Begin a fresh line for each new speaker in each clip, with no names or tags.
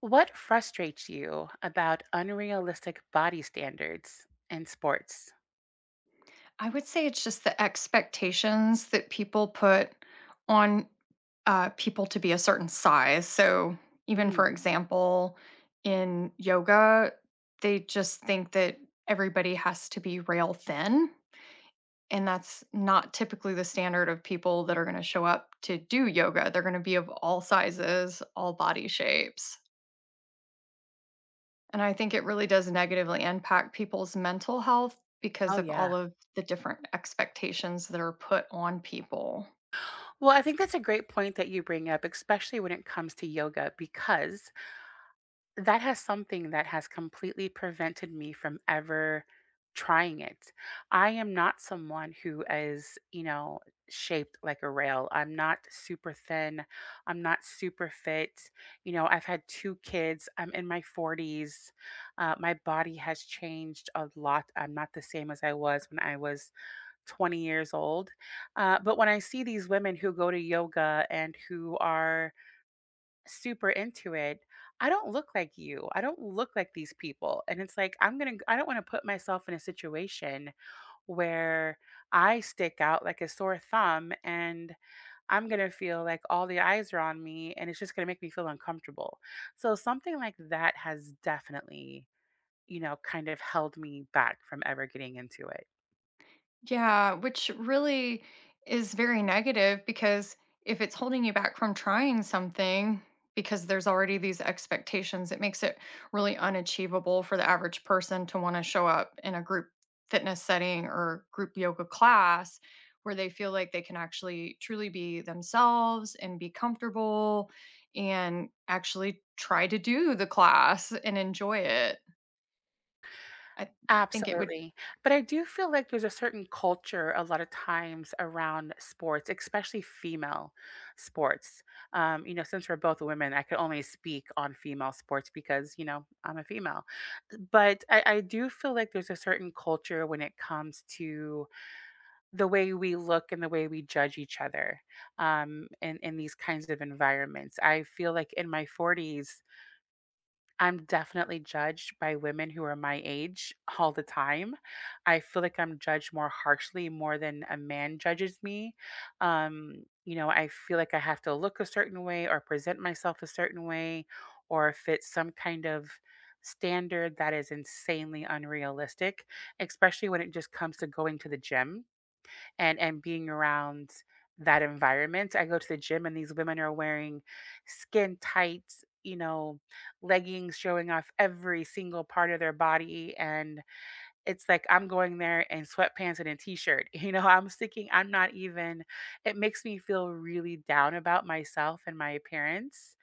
What frustrates you about unrealistic body standards in sports?
I would say it's just the expectations that people put on people to be a certain size. So, even
Mm.
for example, in yoga, they just think that everybody has to be rail thin. And that's not typically the standard of people that are going to show up to do yoga. They're going to be of all sizes, all body shapes. And I think it really does negatively impact people's mental health because
Oh,
of
yeah.
all of the different expectations that are put on people.
Well, I think that's a great point that you bring up, especially when it comes to yoga, because that has something that has completely prevented me from ever trying it. I am not someone who is, you know, shaped like a rail. I'm not super thin. I'm not super fit. You know, I've had two kids. I'm in my 40s. My body has changed a lot. I'm not the same as I was when I was 20 years old. But when I see these women who go to yoga and who are super into it, I don't look like you. I don't look like these people. And it's like, I'm going to, I don't want to put myself in a situation where I stick out like a sore thumb, and I'm going to feel like all the eyes are on me, and it's just going to make me feel uncomfortable. So something like that has definitely, you know, kind of held me back from ever getting into it.
Yeah, which really is very negative because if it's holding you back from trying something because there's already these expectations, it makes it really unachievable for the average person to want to show up in a group fitness setting or group yoga class where they feel like they can actually truly be themselves and be comfortable and actually try to do the class and enjoy it. I think it would,
Absolutely. But I do feel like there's a certain culture a lot of times around sports, especially female sports. You know, since we're both women, I could only speak on female sports because, you know, I'm a female. But I do feel like there's a certain culture when it comes to the way we look and the way we judge each other in these kinds of environments. I feel like in my 40s, I'm definitely judged by women who are my age all the time. I feel like I'm judged more harshly more than a man judges me. You know, I feel like I have to look a certain way or present myself a certain way or fit some kind of standard that is insanely unrealistic, especially when it just comes to going to the gym and being around that environment. I go to the gym and these women are wearing skin tight, you know, leggings showing off every single part of their body. And it's like I'm going there in sweatpants and a t shirt. You know, I'm sticking, I'm not even, it makes me feel really down about myself and my appearance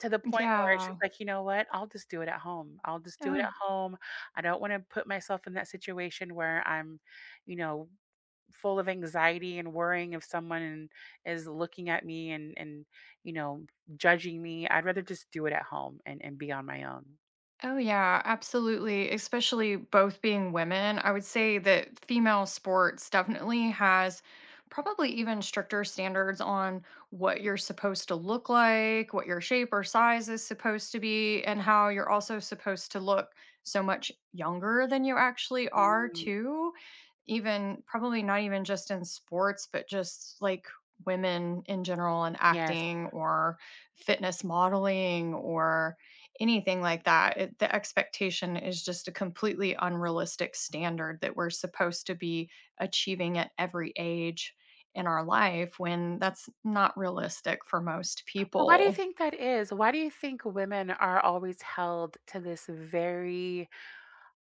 to the point where it's
yeah.
just like, you know what? I'll just do it at home. I'll just do it at
Oh.
home. I don't want to put myself in that situation where I'm, you know, full of anxiety and worrying if someone is looking at me and you know judging me. I'd rather just do it at home and be on my own.
Oh, yeah, absolutely. Especially both being women. I would say that female sports definitely has probably even stricter standards on what you're supposed to look like, what your shape or size is supposed to be, and how you're also supposed to look so much younger than you actually are,
Mm.
too. Even probably not even just in sports, but just like women in general and
Yes.
acting or fitness modeling or anything like that. It, the expectation is just a completely unrealistic standard that we're supposed to be achieving at every age in our life when that's not realistic for most
Well, why do you
people.
think that is? Why do you think women are always held to this very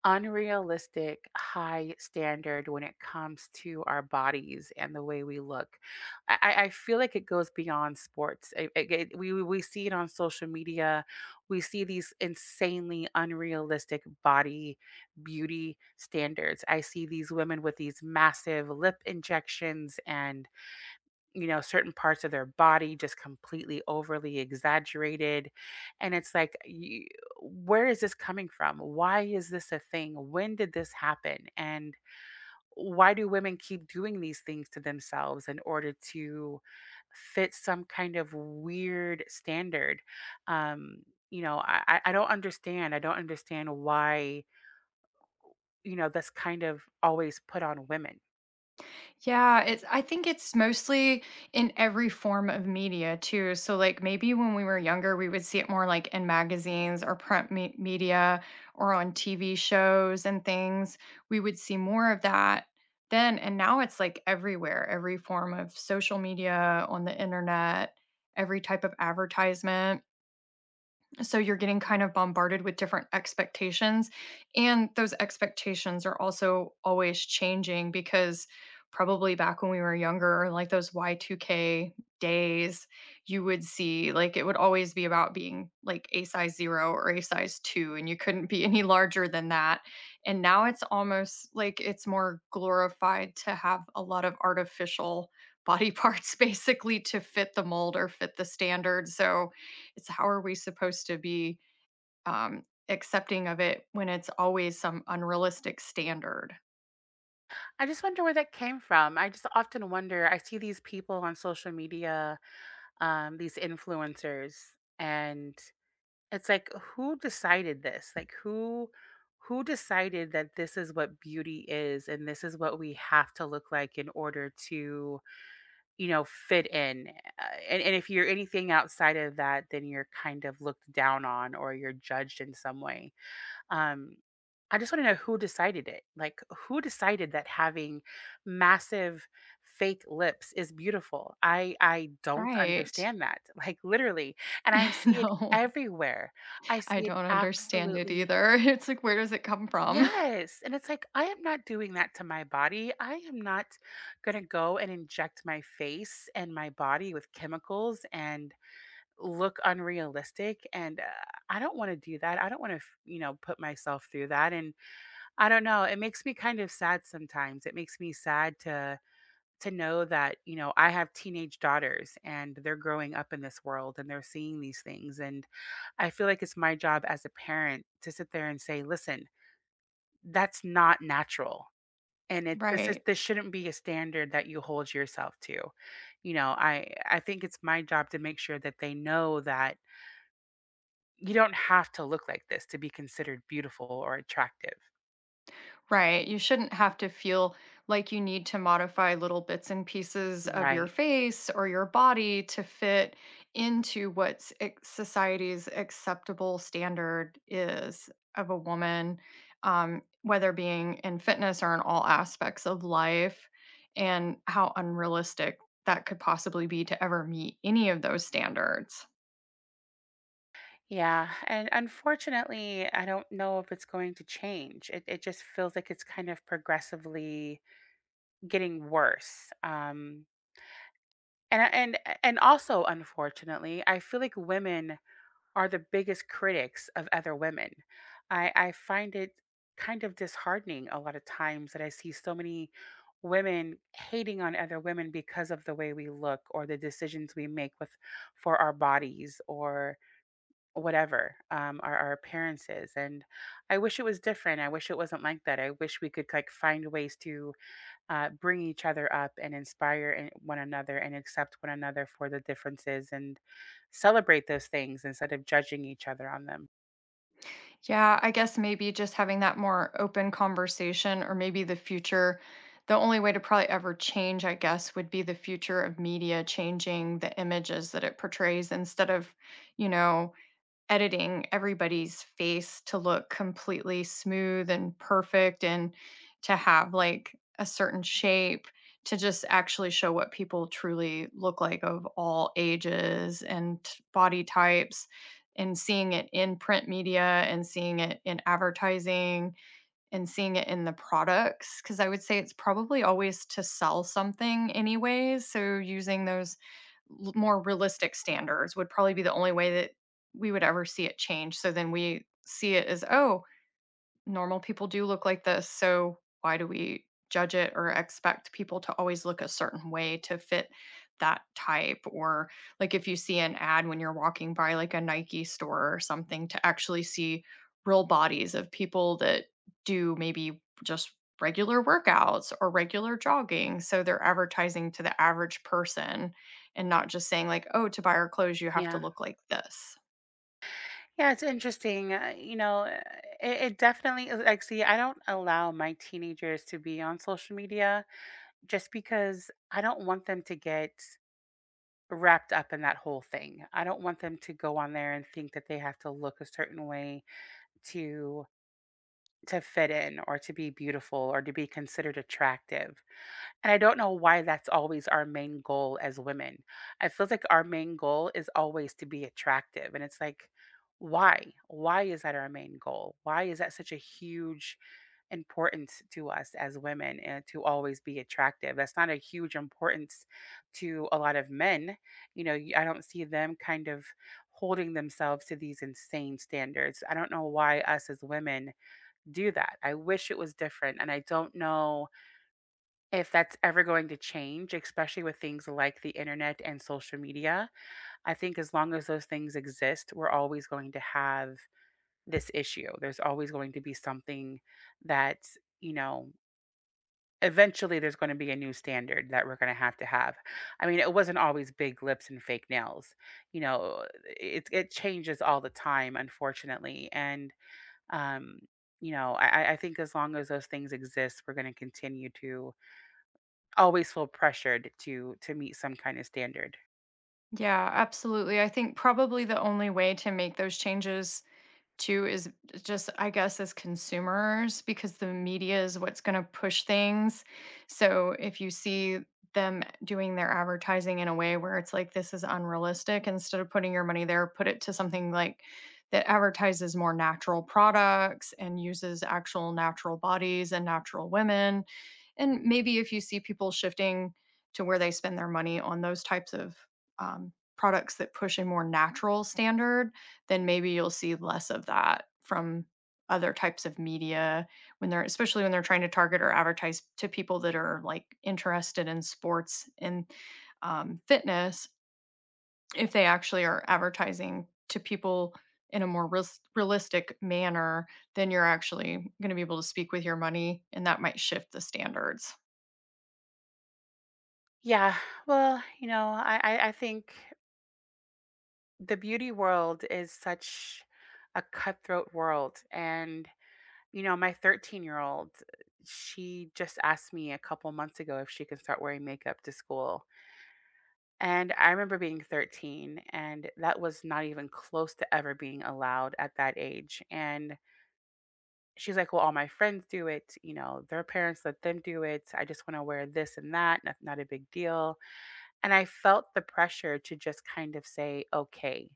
unrealistic high standard when it comes to our bodies and the way we look? I feel like it goes beyond sports. We see it on social media. We see these insanely unrealistic body beauty standards. I see these women with these massive lip injections and you know, certain parts of their body just completely overly exaggerated. And it's like, you, where is this coming from? Why is this a thing? When did this happen? And why do women keep doing these things to themselves in order to fit some kind of weird standard? Um, you know, I don't understand. I don't understand why, you know, that's kind of always put on women.
Yeah, it's I think it's mostly in every form of media too. So like maybe when we were younger, we would see it more like in magazines or media or on TV shows and things. We would see more of that then, and now it's like everywhere, every form of social media, on the internet, every type of advertisement. So you're getting kind of bombarded with different expectations. And those expectations are also always changing because probably back when we were younger, like those Y2K days, you would see like it would always be about being like a size zero or a size two, and you couldn't be any larger than that. And now it's almost like it's more glorified to have a lot of artificial body parts basically to fit the mold or fit the standard. So it's how are we supposed to be um, accepting of it when it's always some unrealistic standard?
I just wonder where that came from. I just often wonder. I see these people on social media, these influencers, and it's like, who decided this? Like, who decided that this is what beauty is, and this is what we have to look like in order to, you know, fit in? And if you're anything outside of that, then you're kind of looked down on or you're judged in some way. Um, I just want to know who decided it. Like, who decided that having massive fake lips is beautiful? I don't
Right.
understand that. Like, literally, and I see it
No,
everywhere. I
I
see it
don't understand it
absolutely.
either. It's like, where does it come from?
Yes. And it's like, I am not doing that to my body. I am not going to go and inject my face and my body with chemicals and look unrealistic. And I don't want to do that. I don't want to, you know, put myself through that. And I don't know, it makes me kind of sad sometimes. It makes me sad to know that, you know, I have teenage daughters and they're growing up in this world and they're seeing these things, and I feel like it's my job as a parent to sit there and say, "Listen, that's not natural." And it this is
Right.
this shouldn't be a standard that you hold yourself to. You know, I think it's my job to make sure that they know that you don't have to look like this to be considered beautiful or attractive.
Right. You shouldn't have to feel like you need to modify little bits and pieces of your
Right.
face or your body to fit into what society's acceptable standard is of a woman, whether being in fitness or in all aspects of life, and how unrealistic that could possibly be to ever meet any of those standards.
Yeah, and unfortunately, I don't know if it's going to change. It just feels like it's kind of progressively getting worse. And also, unfortunately, I feel like women are the biggest critics of other women. I find it kind of disheartening a lot of times that I see so many women hating on other women because of the way we look or the decisions we make with for our bodies or whatever, our appearances, and I wish it was different, I wish it wasn't like that, I wish we could, like, find ways to, bring each other up and inspire an one another and accept one another for the differences and celebrate those things instead of judging each other on them.
Yeah, I guess maybe just having that more open conversation or maybe the future, the only way to probably ever change, I guess, would be the future of media changing the images that it portrays instead of, you know, editing everybody's face to look completely smooth and perfect and to have like a certain shape, to just actually show what people truly look like of all ages and body types, and seeing it in print media and seeing it in advertising and seeing it in the products, because I would say it's probably always to sell something anyways, so using those l more realistic standards would probably be the only way that we would ever see it change, so then we see it as, "Oh, normal people do look like this, so why do we judge it or expect people to always look a certain way to fit that type? Or like if you see an ad when you're walking by like a Nike store or something, to actually see real bodies of people that do maybe just regular workouts or regular jogging. So they're advertising to the average person and not just saying like, "Oh, to buy our clothes you have to
Yeah.
look like this."
Yeah, it's interesting, you know, it definitely is like, see, I don't allow my teenagers to be on social media just because I don't want them to get wrapped up in that whole thing. I don't want them to go on there and think that they have to look a certain way to to fit in or to be beautiful or to be considered attractive. And I don't know why that's always our main goal as women. I feel like our main goal is always to be attractive and it's like why? Why is that our main goal? Why is that such a huge importance to us as women and to always be attractive? That's not a huge importance to a lot of men. You know, I don't see them kind of holding themselves to these insane standards. I don't know why us as women do that. I wish it was different. And I don't know if that's ever going to change, especially with things like the internet and social media. I think as long as those things exist, we're always going to have this issue. There's always going to be something that you know eventually there's going to be a new standard that we're going to have to have. I mean, it wasn't always big lips and fake nails. You know, it changes all the time, unfortunately. And um, you know, I think as long as those things exist, we're going to continue to always feel pressured to meet some kind of standard.
Yeah, absolutely. I think probably the only way to make those changes too is just, I guess, as consumers, because the media is what's going to push things. So if you see them doing their advertising in a way where it's like this is unrealistic, instead of putting your money there, put it to something like that advertises more natural products and uses actual natural bodies and natural women. And maybe if you see people shifting to where they spend their money on those types of products that push a more natural standard, then maybe you'll see less of that from other types of media when they're, especially when they're trying to target or advertise to people that are like interested in sports and fitness, if they actually are advertising to people in a more realistic manner, then you're actually going to be able to speak with your money, and that might shift the standards.
Yeah. Well, you know, I think the beauty world is such a cutthroat world, and you know, my 13-year-old, she just asked me a couple months ago if she can start wearing makeup to school, and I remember being 13, and that was not even close to ever being allowed at that age, and she's like, "Well, all my friends do it, you know, their parents let them do it. I just wanna wear this and that, not a big deal," and I felt the pressure to just kind of say, "Okay,"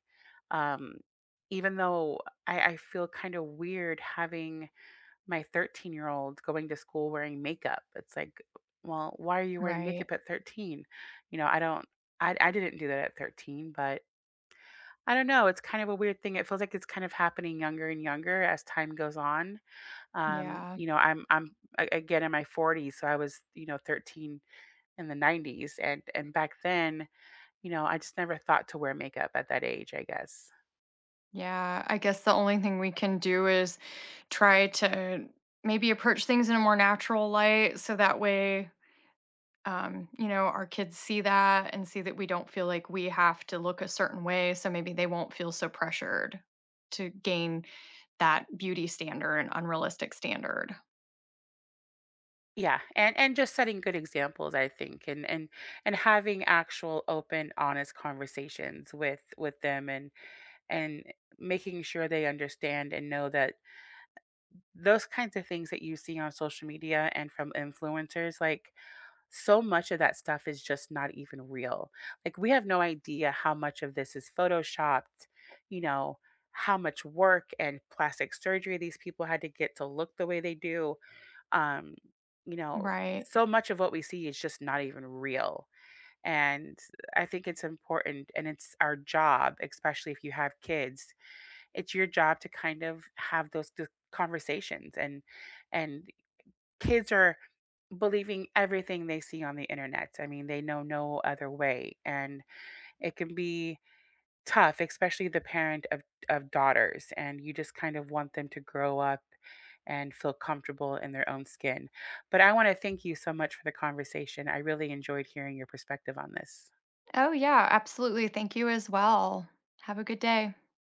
um, even though I feel kinda weird having my 13-year-old going to school wearing makeup. It's like, "Well, why are you wearing
Right.
makeup at 13?" You know, I don't I didn't do that at 13, but I don't know, it's kind of a weird thing. It feels like it's kind of happening younger and younger as time goes on.
Yeah.
You know, I'm a again in my 40s, so I was, you know, 13 in the 90s, and back then, you know, I just never thought to wear makeup at that age, I guess.
Yeah, I guess the only thing we can do is try to maybe approach things in a more natural light so that way, you know, our kids see that and see that we don't feel like we have to look a certain way. So maybe they won't feel so pressured to gain that beauty standard and unrealistic standard.
Yeah, and just setting good examples, I think, and having actual open, honest conversations with them and making sure they understand and know that those kinds of things that you see on social media and from influencers, like so much of that stuff is just not even real. Like we have no idea how much of this is photoshopped, you know, how much work and plastic surgery these people had to get to look the way they do. um, you know,
Right.
so much of what we see is just not even real. And I think it's important and it's our job, especially if you have kids, it's your job to kind of have those conversations, and kids are believing everything they see on the internet. I mean, they know no other way, and it can be tough, especially the parent of daughters, and you just kind of want them to grow up and feel comfortable in their own skin. But I wanna thank you so much for the conversation. I really enjoyed hearing your perspective on this.
Oh, yeah, absolutely. Thank you as well. Have a good day.